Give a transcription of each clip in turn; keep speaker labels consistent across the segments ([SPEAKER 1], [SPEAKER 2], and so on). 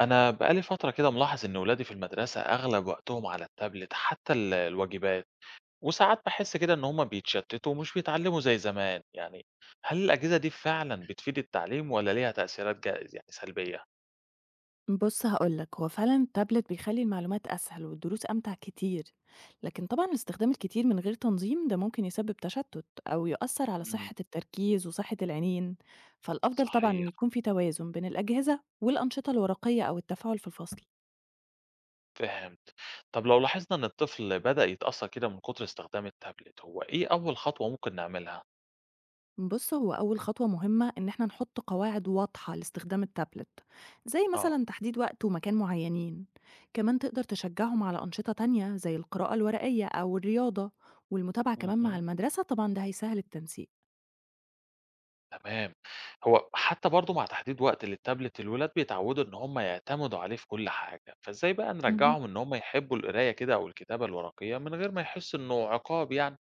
[SPEAKER 1] أنا بقالي فترة كده ملاحظ إن ولادي في المدرسة أغلب وقتهم على التابلت حتى الواجبات وساعات بحس كده إن هما بيتشتتوا ومش بيتعلموا زي زمان يعني. هل الأجهزة دي فعلا بتفيد التعليم ولا ليها تأثيرات يعني سلبية؟
[SPEAKER 2] بُص هاقول لك، هو فعلًا التابلت بيخلّي المعلومات أسهل والدروس أمتع كتير، لكن طبعًا الاستخدام الكتير من غير تنظيم ده ممكن يسبب تشتُّت أو يأثّر على
[SPEAKER 1] مم.
[SPEAKER 2] صحة التركيز وصحة العينين، فالأفضل طبعًا إن
[SPEAKER 1] صحيح،
[SPEAKER 2] يكون في توازن بين الأجهزة والأنشطة الورقية أو التفاعل في الفصل.
[SPEAKER 1] فهمت. طب لو لاحظنا إن الطفل بدأ يتأثر كده من كتر استخدام التابلت، هو إيه أول خطوة ممكن نعملها؟
[SPEAKER 2] بص هو أول خطوة مهمة إن احنا نحط قواعد واضحة لاستخدام التابلت زي
[SPEAKER 1] اه،
[SPEAKER 2] مثلا تحديد وقت ومكان معينين. كمان تقدر تشجعهم على أنشطة تانية زي القراءة الورقية أو الرياضة والمتابعة كمان مع
[SPEAKER 1] مهم.
[SPEAKER 2] المدرسة، طبعا ده هيسهل التنسيق.
[SPEAKER 1] تمام. هو حتى برضه مع تحديد وقت للتابلت الولاد بيتعودوا إن هم يعتمدوا عليه في كل حاجة، فإزاي بقى
[SPEAKER 2] مهم.
[SPEAKER 1] نرجّعهم إن هم يحبّوا القراية كده أو الكتابة الورقية من غير ما يحسّوا إنه عقاب يعني؟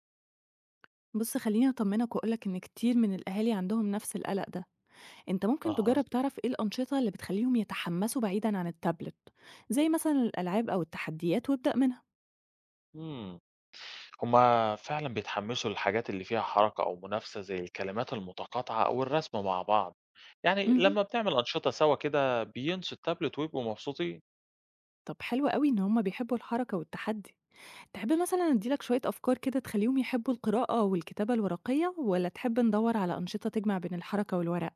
[SPEAKER 2] بص خليني أطمنك وأقولك إن كتير من الأهالي عندهم نفس القلق ده. أنت ممكن
[SPEAKER 1] أها.
[SPEAKER 2] تجرب تعرف إيه الأنشطة اللي بتخليهم يتحمسوا بعيدا عن التابلت، زي مثلا الألعاب أو التحديات وابدأ منها.
[SPEAKER 1] إمم. هم فعلًا بيتحمّسوا للحاجات اللي فيها حركة أو منافسة زي الكلمات المتقاطعة أو الرسم مع بعض. يعني
[SPEAKER 2] مهم.
[SPEAKER 1] لمّا بنعمل أنشطة سوا كده بينسوا التابلت ويبقوا مبسوطين.
[SPEAKER 2] طب حلو قوي إن هما بيحبوا الحركة والتحدي. تحب مثلًا أدّي لك شوية أفكار كده تخلّيهم يحبّوا القراءة والكتابة الورقية، والّا تحب ندوّر على أنشطة تجمع بين الحركة والورق؟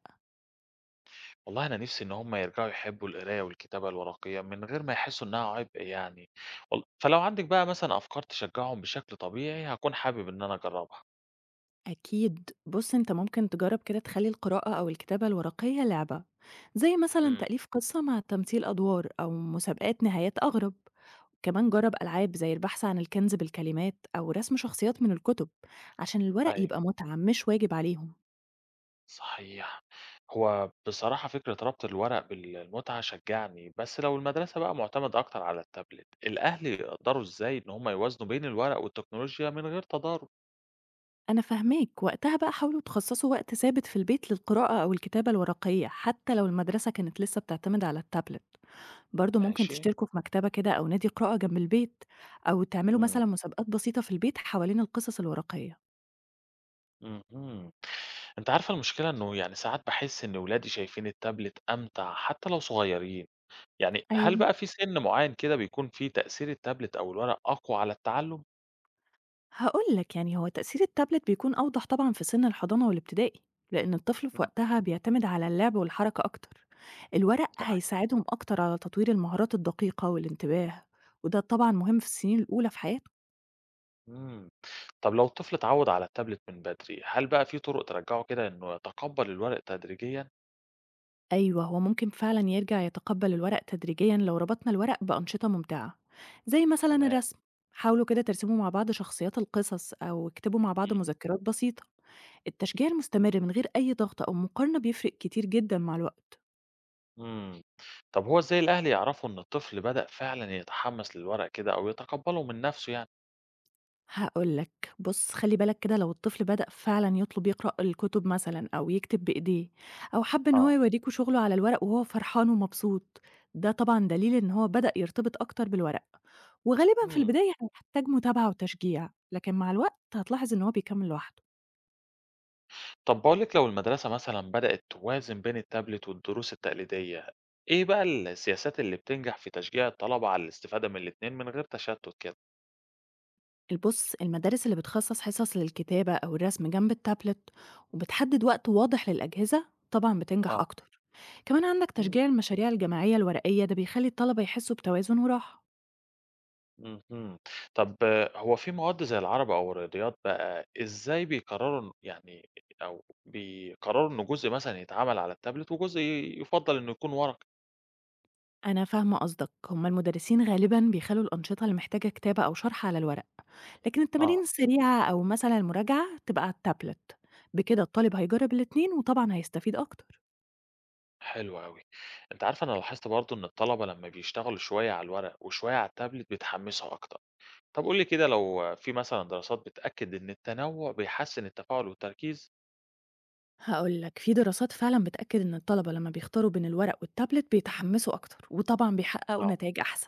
[SPEAKER 1] والله أنا نِفْسي إن هم يرجعوا يحبّوا القراية والكتابة الورقية من غير ما يحسّوا إنها عبء يعني، وال فلو عندِك بقى مثلًا أفكار تشجّعهم بشكل طبيعي هاكون حابب إن أنا أجرّبها.
[SPEAKER 2] أكيد، بُص أنت ممكن تجرّب كده تخلّي القراءة أو الكتابة الورقية لعبة، زي مثلًا
[SPEAKER 1] إمم.
[SPEAKER 2] تأليف قصة مع تمثيل أدوار أو مسابقات نهايات أغرب، كمان جرّب ألعاب زي البحث عن الكنز بالكلمات أو رسم شخصيات من الكتب، عشان الورق
[SPEAKER 1] أيوه،
[SPEAKER 2] يبقى متعة مش واجب عليهم.
[SPEAKER 1] صحيح. هو بصراحة فكرة ربط الورق بالمتعة شجّعني، بس لو المدرسة بقى مُعتمدة أكتر على التابلت، الأهل يقدّروا إزاي إن هم يوازنوا بين الورق والتكنولوجيا من غير تضارب؟
[SPEAKER 2] أنا فاهماك، وقتها بقى حاولوا تخصصوا وقت ثابت في البيت للقراءة أو الكتابة الورقية، حتى لو المدرسة كانت لسه بتعتمد على التابلت، برضه ممكن
[SPEAKER 1] ماشي.
[SPEAKER 2] تشتركوا في مكتبة كده أو نادي قراءة جنب البيت، أو تعملوا
[SPEAKER 1] إمم،
[SPEAKER 2] مثلا مسابقات بسيطة في البيت حوالين القصص الورقية.
[SPEAKER 1] اهم. أنتِ عارفة المشكلة إنه يعني ساعات باحس إن ولادي شايفين التابلت أمتع حتى لو صغيرين. يعني هل
[SPEAKER 2] أيوه،
[SPEAKER 1] بقى في سِن معيّن كده بيكون فيه تأثير التابلت أو الورق أقوى على التعلُّم؟
[SPEAKER 2] هقول لك يعني هو تأثير التابلت بيكون أوضح طبعا في سن الحضانة والابتدائي، لأن الطفل في
[SPEAKER 1] إمم.
[SPEAKER 2] وقتها بيعتمد على اللعب والحركة أكتر. الورق
[SPEAKER 1] صحيح.
[SPEAKER 2] هيساعدهم أكتر على تطوير المهارات الدقيقة والانتباه، وده طبعا مهم في السنين الأولى في حياته.
[SPEAKER 1] إمم. طب لو الطفل اتعوّد على التابلت من بدري، هل بقى في طُرق ترجّعه كده إنه يتقبّل الورق تدريجيًا؟
[SPEAKER 2] أيوه، هو ممكن فعلًا يرجع يتقبّل الورق تدريجيًا لو ربطنا الورق بأنشطة ممتعة، زي مثلًا
[SPEAKER 1] تمام.
[SPEAKER 2] الرسم، حاولوا كده ترسموا مع بعض شخصيات القصص أو اكتبوا مع بعض
[SPEAKER 1] إمم.
[SPEAKER 2] مذكرات بسيطة، التشجيع المستمر من غير أي ضغط أو مقارنة بيفرق كتير جدًا مع الوقت.
[SPEAKER 1] إمم. طب هو إزاي الأهل يعرفوا إن الطفل بدأ فعلًا يتحمّس للورق كده أو يتقبّله من نَفْسه يعني؟
[SPEAKER 2] هاقول لك، بُص خلّي بالك كده لو الطفل بدأ فعلًا يطلب يقرأ الكتب مثلًا أو يكتب بإيديه أو حَب إن هو
[SPEAKER 1] آه.
[SPEAKER 2] يورّيكوا شغله على الورق وهو فرحان ومبسوط، ده طبعًا دليل إن هو بدأ يرتبط أكتر بالورق، وغالبًا في
[SPEAKER 1] إمم.
[SPEAKER 2] البداية هيحتاج متابعة وتشجيع، لكن مع الوقت هتلاحظ إن هو بيكمّل لوحده.
[SPEAKER 1] طب باقول لِك لو المدرسة مثلًا بدأت توازن بين التابلت والدروس التقليدية، إيه بقى السياسات اللي بتنجح في تشجيع الطلبة على الاستفادة من الاتنين من غير تشتُّت كده؟
[SPEAKER 2] البُص المدارس اللي بتخصّص حصص للكتابة أو الرسم جنب التابلت وبتحدد وقت واضح للأجهزة، طبعًا بتنجح
[SPEAKER 1] آه،
[SPEAKER 2] أكتر. كمان عندك
[SPEAKER 1] إمم،
[SPEAKER 2] تشجيع المشاريع الجماعية الورقية، ده بيخلّي الطلبة يحسّوا بتوازن وراحة.
[SPEAKER 1] اهم. طب هو في مواد زي العربي أو الرياضيات بقى إزاي بيقرروا إن يعني أو بيقرروا إنه جزء مثلًا يتعمل على التابلت وجزء يُفضّل إنه يكون ورقي؟
[SPEAKER 2] أنا فاهمة قصدك، هُم المدرسين غالبًا بيخلّوا الأنشطة اللي محتاجة كتابة أو شرح على الورق، لكن التمارين
[SPEAKER 1] آه،
[SPEAKER 2] السريعة أو مثلًا المراجعة تبقى على التابلت، بكده الطالب هيجرّب الاتنين وطبعًا هيستفيد أكتر.
[SPEAKER 1] حلو أوي. أنت عارف أنا لاحظت برضه إن الطلبة لمّا بيشتغلوا شوية على الورق وشوية على التابلت بيتحمسوا أكتر. طب قُل لي كده لو في مثلًا دراسات بتأكد إن التنوع بيحسّن التفاعل والتركيز؟
[SPEAKER 2] هاقول لك، في دراسات فعلًا بتأكد إن الطلبة لمّا بيختاروا بين الورق والتابلت بيتحمسوا أكتر، وطبعًا بيحققوا
[SPEAKER 1] آه،
[SPEAKER 2] نتايج أحسن.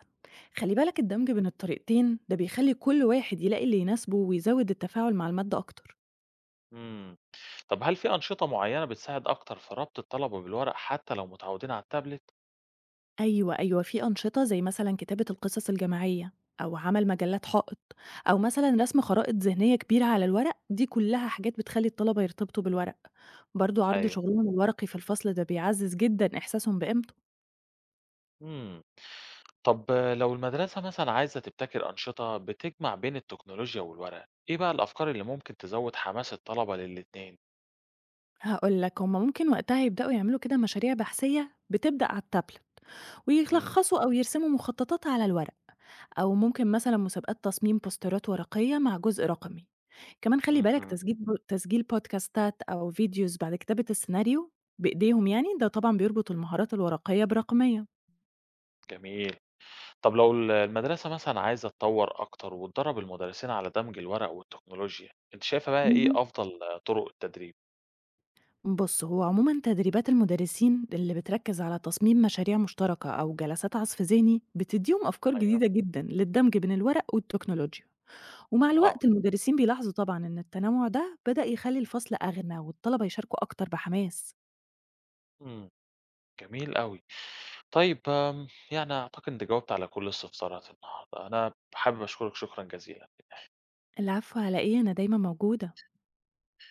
[SPEAKER 2] خلّي بالك الدمج بين الطريقتين ده بيخلّي كل واحد يلاقي اللي يناسبه ويزوّد التفاعل مع المادة أكتر.
[SPEAKER 1] إمم. طب هل في أنشطة معيّنة بتساعد أكتر في ربط الطلبة بالورق حتى لو متعودين على التابلت؟
[SPEAKER 2] أيوه، أيوه، في أنشطة زي مثلًا كتابة القصص الجماعية أو عمل مجلات حائط أو مثلًا رسم خرائط ذهنية كبيرة على الورق، دي كلها حاجات بتخلّي الطلبة يرتبطوا بالورق. برضه عرض
[SPEAKER 1] أيوه.
[SPEAKER 2] شغلهم الورقي في الفصل ده بيعزّز جدًا إحساسهم بقيمته.
[SPEAKER 1] إمم. طب لو المدرسة مثلًا عايزة تبتكر أنشطة بتجمع بين التكنولوجيا والورق، إيه بقى الأفكار اللي ممكن تزوّد حماس الطلبة للاتنين؟
[SPEAKER 2] هاقول لك، هم ممكن وقتها يبدأوا يعملوا كده مشاريع بحثية بتبدأ على التابلت
[SPEAKER 1] إمم.
[SPEAKER 2] ويلخّصوا أو يرسموا مخططات على الورق أو ممكن مثلًا مسابقات تصميم بوسترات ورقية مع جزء رقمي. كمان خلّي بالك
[SPEAKER 1] اهم،
[SPEAKER 2] تسجيل بودكاستات أو فيديوز بعد كتابة السيناريو بإيديهم يعني، ده طبعًا بيربط المهارات الورقية برقمية.
[SPEAKER 1] جميل. طب لو المدرسة مثلًا عايزة تطوّر أكتر وتدرّب المدرسين على دمج الورق والتكنولوجيا، أنتِ شايفة بقى إيه
[SPEAKER 2] اهم.
[SPEAKER 1] أفضل طرق التدريب؟
[SPEAKER 2] بُص، هو عمومًا تدريبات المدرسين اللي بتركّز على تصميم مشاريع مشتركة أو جلسات عَصْف ذهني، بتدّيهم أفكار
[SPEAKER 1] أيوه،
[SPEAKER 2] جديدة جدًا للدمج بين الورق والتكنولوجيا. ومع
[SPEAKER 1] آه،
[SPEAKER 2] الوقت المدرسين بيلاحظوا طبعًا إن التنوُع ده بدأ يخلّي الفصل أغنى والطلبة يشاركوا أكتر بحماس.
[SPEAKER 1] إمم، جميل أوي. طيب يعني أعتقد إنِّك جاوبتِ على كل استفسارات النهارده، أنا حابب أشكرِك شكرًا جزيلًا.
[SPEAKER 2] العفو على إيه، أنا دايمًا موجودة.